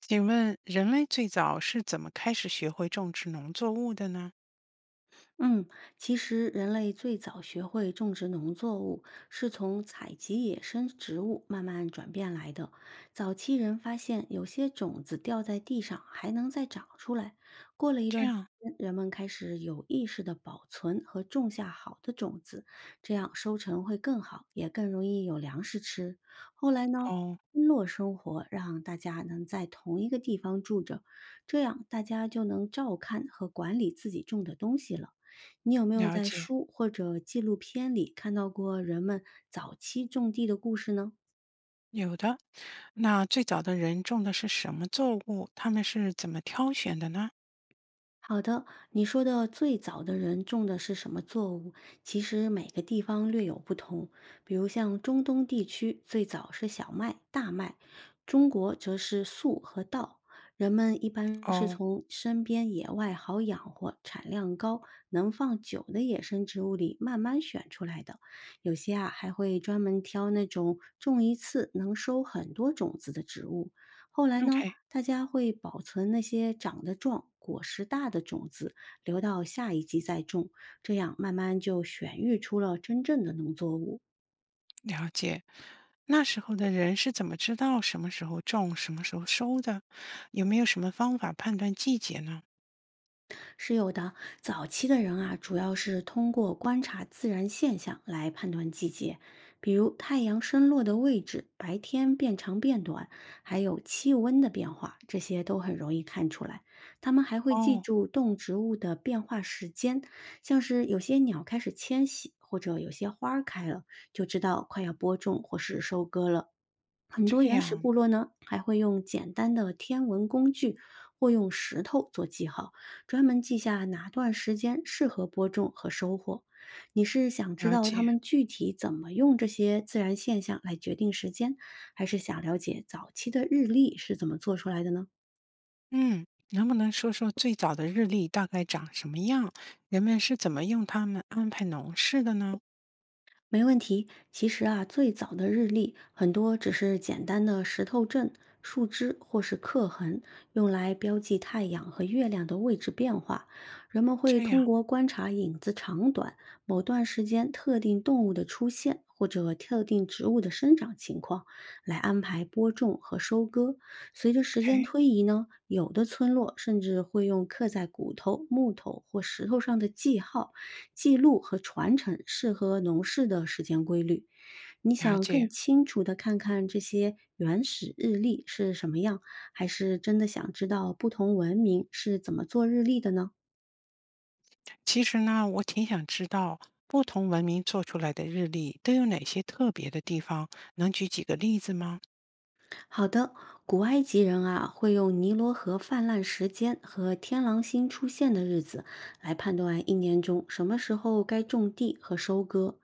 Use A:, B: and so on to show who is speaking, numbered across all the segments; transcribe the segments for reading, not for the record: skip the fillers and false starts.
A: 请问人类最早是怎么开始学会种植农作物的呢？
B: 嗯，其实人类最早学会种植农作物，是从采集野生植物慢慢转变来的。早期人发现有些种子掉在地上还能再长出来，过了一
A: 这
B: 段时
A: 样，
B: 间，人们开始有意识的保存和种下好的种子，这样收成会更好，也更容易有粮食吃。后来呢？
A: 哦，
B: 村落生活让大家能在同一个地方住着，这样大家就能照看和管理自己种的东西了。你有没有
A: 了
B: 在
A: 解，
B: 书或者纪录片里看到过人们早期种地的故事呢？
A: 有的。那最早的人种的是什么作物？他们是怎么挑选的呢？
B: 好的，你说的最早的人种的是什么作物？其实每个地方略有不同。比如像中东地区，最早是小麦、大麦；中国则是粟和稻。人们一般是
A: 哦
B: 从身边野外好养活、产量高、能放久的野生植物里慢慢选出来的。有些啊还会专门挑那种种一次能收很多种子的植物。后来呢，
A: ，OK,
B: 大家会保存那些长得壮、果实大的种子，留到下一季再种，这样慢慢就选育出了真正的农作物。
A: 了解。那时候的人是怎么知道什么时候种，什么时候收的？有没有什么方法判断季节呢？
B: 是有的，早期的人啊，主要是通过观察自然现象来判断季节，比如太阳升落的位置、白天变长变短，还有气温的变化，这些都很容易看出来。他们还会记
A: 哦，
B: 住动植物的变化时间，像是有些鸟开始迁徙，或者有些花儿开了，就知道快要播种或是收割了。很多
A: 这
B: 原始
A: 样，
B: 部落呢，还会用简单的天文工具或用石头做记号，专门记下哪段时间适合播种和收获。你是想知
A: 了
B: 道他
A: 解。
B: 们具体怎么用这些自然现象来决定时间，还是想了解早期的日历是怎么做出来的呢？
A: 嗯，能不能说说最早的日历大概长什么样？人们是怎么用它们安排农事的呢？
B: 没问题。其实啊，最早的日历很多只是简单的石头阵、树枝或是刻痕，用来标记太阳和月亮的位置变化。人们会
A: 这
B: 通
A: 样
B: 过观察影子长短、某段时间特定动物的出现或者特定植物的生长情况，来安排播种和收割。随着时间
A: ，OK,
B: 推移呢，有的村落甚至会用刻在骨头、木头或石头上的记号，记录和传承适合农事的时间规律。你
A: 了
B: 想更
A: 解。
B: 清楚的看看这些原始日历是什么样，还是真的想知道不同文明是怎么做日历的呢？
A: 其实呢，我挺想知道不同文明做出来的日历都有哪些特别的地方，能举几个例子吗？
B: 好的，古埃及人啊，会用尼罗河泛滥时间和天狼星出现的日子来判断一年中什么时候该种地和收割。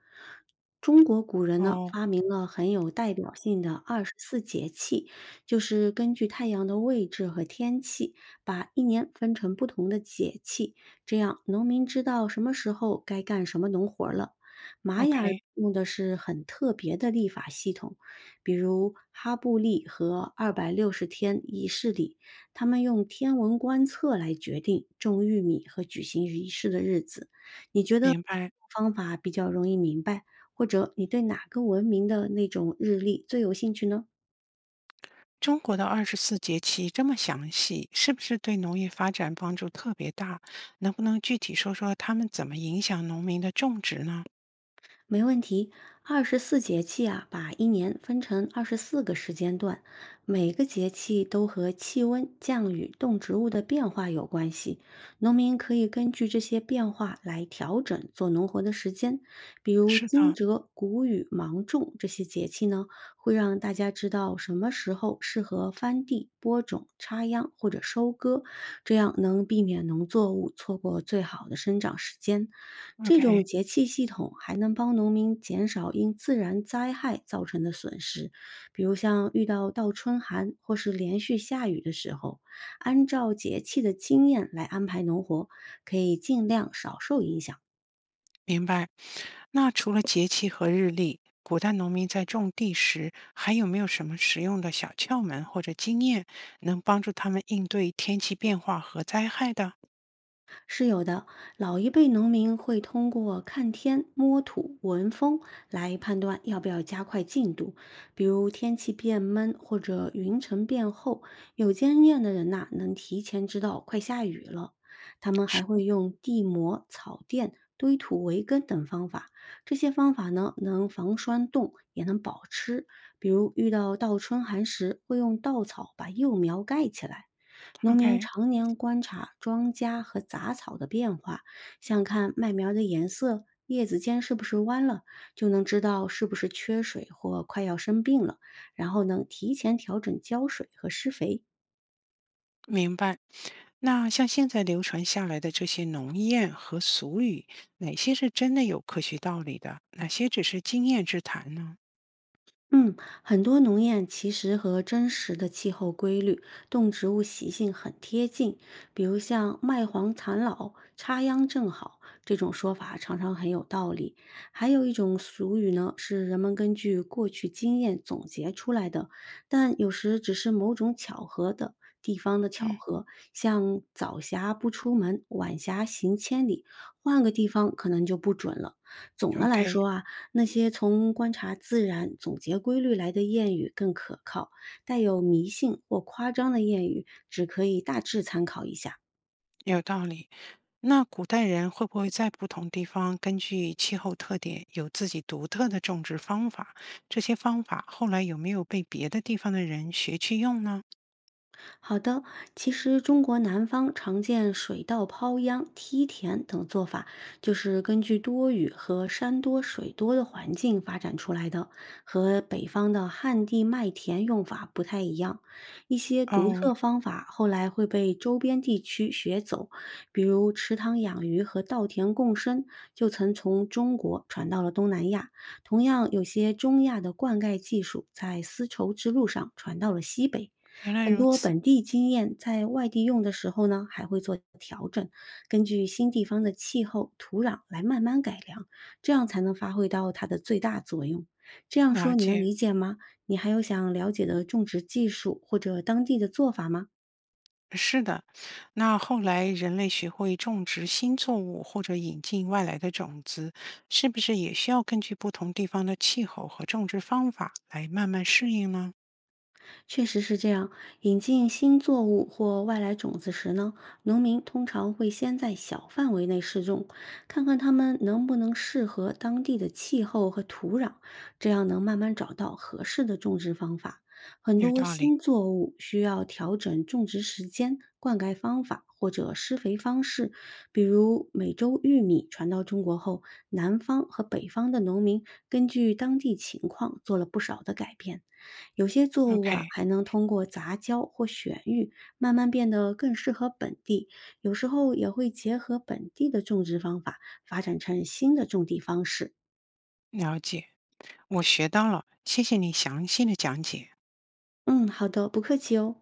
B: 中国古人呢，
A: 哦
B: 发明了很有代表性的二十四节气，就是根据太阳的位置和天气，把一年分成不同的节气，这样农民知道什么时候该干什么农活儿了。玛雅人
A: ，OK,
B: 用的是很特别的历法系统，比如哈布利和260天仪式里，他们用天文观测来决定种玉米和举行仪式的日子。你觉得
A: 明白。
B: 方法比较容易明白，或者你对哪个文明的那种日历最有兴趣呢？
A: 中国的二十四节气这么详细，是不是对农业发展帮助特别大？能不能具体说说他们怎么影响农民的种植呢？
B: 没问题。二十四节气啊，把一年分成24个时间段，每个节气都和气温、降雨、动植物的变化有关系。农民可以根据这些变化来调整做农活的时间。比如
A: 是
B: 惊
A: 的
B: 蛰、谷雨、芒种这些节气呢，会让大家知道什么时候适合翻地、播种、插秧或者收割，这样能避免农作物错过最好的生长时间。这
A: ，OK,
B: 种节气系统还能帮农民减少因自然灾害造成的损失，比如像遇到倒春寒或是连续下雨的时候，按照节气的经验来安排农活，可以尽量少受影响。
A: 明白。那除了节气和日历，古代农民在种地时还有没有什么实用的小窍门或者经验，能帮助他们应对天气变化和灾害的？
B: 是有的，老一辈农民会通过看天、摸土、闻风来判断要不要加快进度，比如天气变闷或者云层变厚，有经验的人呐、能提前知道快下雨了。他们还
A: 是
B: 会用地膜、草垫、堆土围耕等方法，这些方法呢能防霜冻，也能保湿。比如遇到倒春寒时，会用稻草把幼苗盖起来。
A: 的
B: 农民
A: ，OK。
B: 常年观察庄稼和杂草的变化，想看麦苗的颜色、叶子尖是不是弯了，就能知道是不是缺水或快要生病了，然后能提前调整浇水和施肥。
A: 明白。那像现在流传下来的这些农谚和俗语，哪些是真的有科学道理的？哪些只是经验之谈呢？
B: 嗯，很多农谚其实和真实的气候规律、动植物习性很贴近，比如像“麦黄残老，插秧正好”这种说法，常常很有道理。还有一种俗语呢，是人们根据过去经验总结出来的，但有时只是某种巧合的地方的巧
A: 嗯
B: 合，像“早霞不出门，晚霞行千里”，换个地方可能就不准了。总的来
A: ，OK,
B: 说啊，那些从观察自然、总结规律来的谚语更可靠，带有迷信或夸张的谚语只可以大致参考一下。
A: 有道理。那古代人会不会在不同地方根据气候特点有自己独特的种植方法？这些方法后来有没有被别的地方的人学去用呢？
B: 好的，其实中国南方常见水稻抛秧、梯田等做法，就是根据多雨和山多水多的环境发展出来的，和北方的旱地麦田用法不太一样。一些独
A: 哦，
B: 特方法后来会被周边地区学走，比如池塘养鱼和稻田共生，就曾从中国传到了东南亚。同样，有些中亚的灌溉技术在丝绸之路上传到了西北。
A: 原来
B: 很
A: 如
B: 多
A: 此，
B: 本地经验在外地用的时候呢，还会做调整，根据新地方的气候、土壤来慢慢改良，这样才能发挥到它的最大作用。这样
A: 了
B: 说你能
A: 解。
B: 理解吗？你还有想了解的种植技术或者当地的做法吗？
A: 是的，那后来人类学会种植新作物或者引进外来的种子，是不是也需要根据不同地方的气候和种植方法来慢慢适应呢？
B: 确实是这样。引进新作物或外来种子时呢，农民通常会先在小范围内试种，看看它们能不能适合当地的气候和土壤，这样能慢慢找到合适的种植方法。很
A: 有
B: 多
A: 道理。
B: 新作物需要调整种植时间、灌溉方法或者施肥方式，比如美洲玉米传到中国后，南方和北方的农民根据当地情况做了不少的改变。有些作物啊，
A: OK,
B: 还能通过杂交或选育，慢慢变得更适合本地。有时候也会结合本地的种植方法，发展成新的种地方式。
A: 了解，我学到了，谢谢你详细的讲解。
B: 嗯，好的，不客气哦。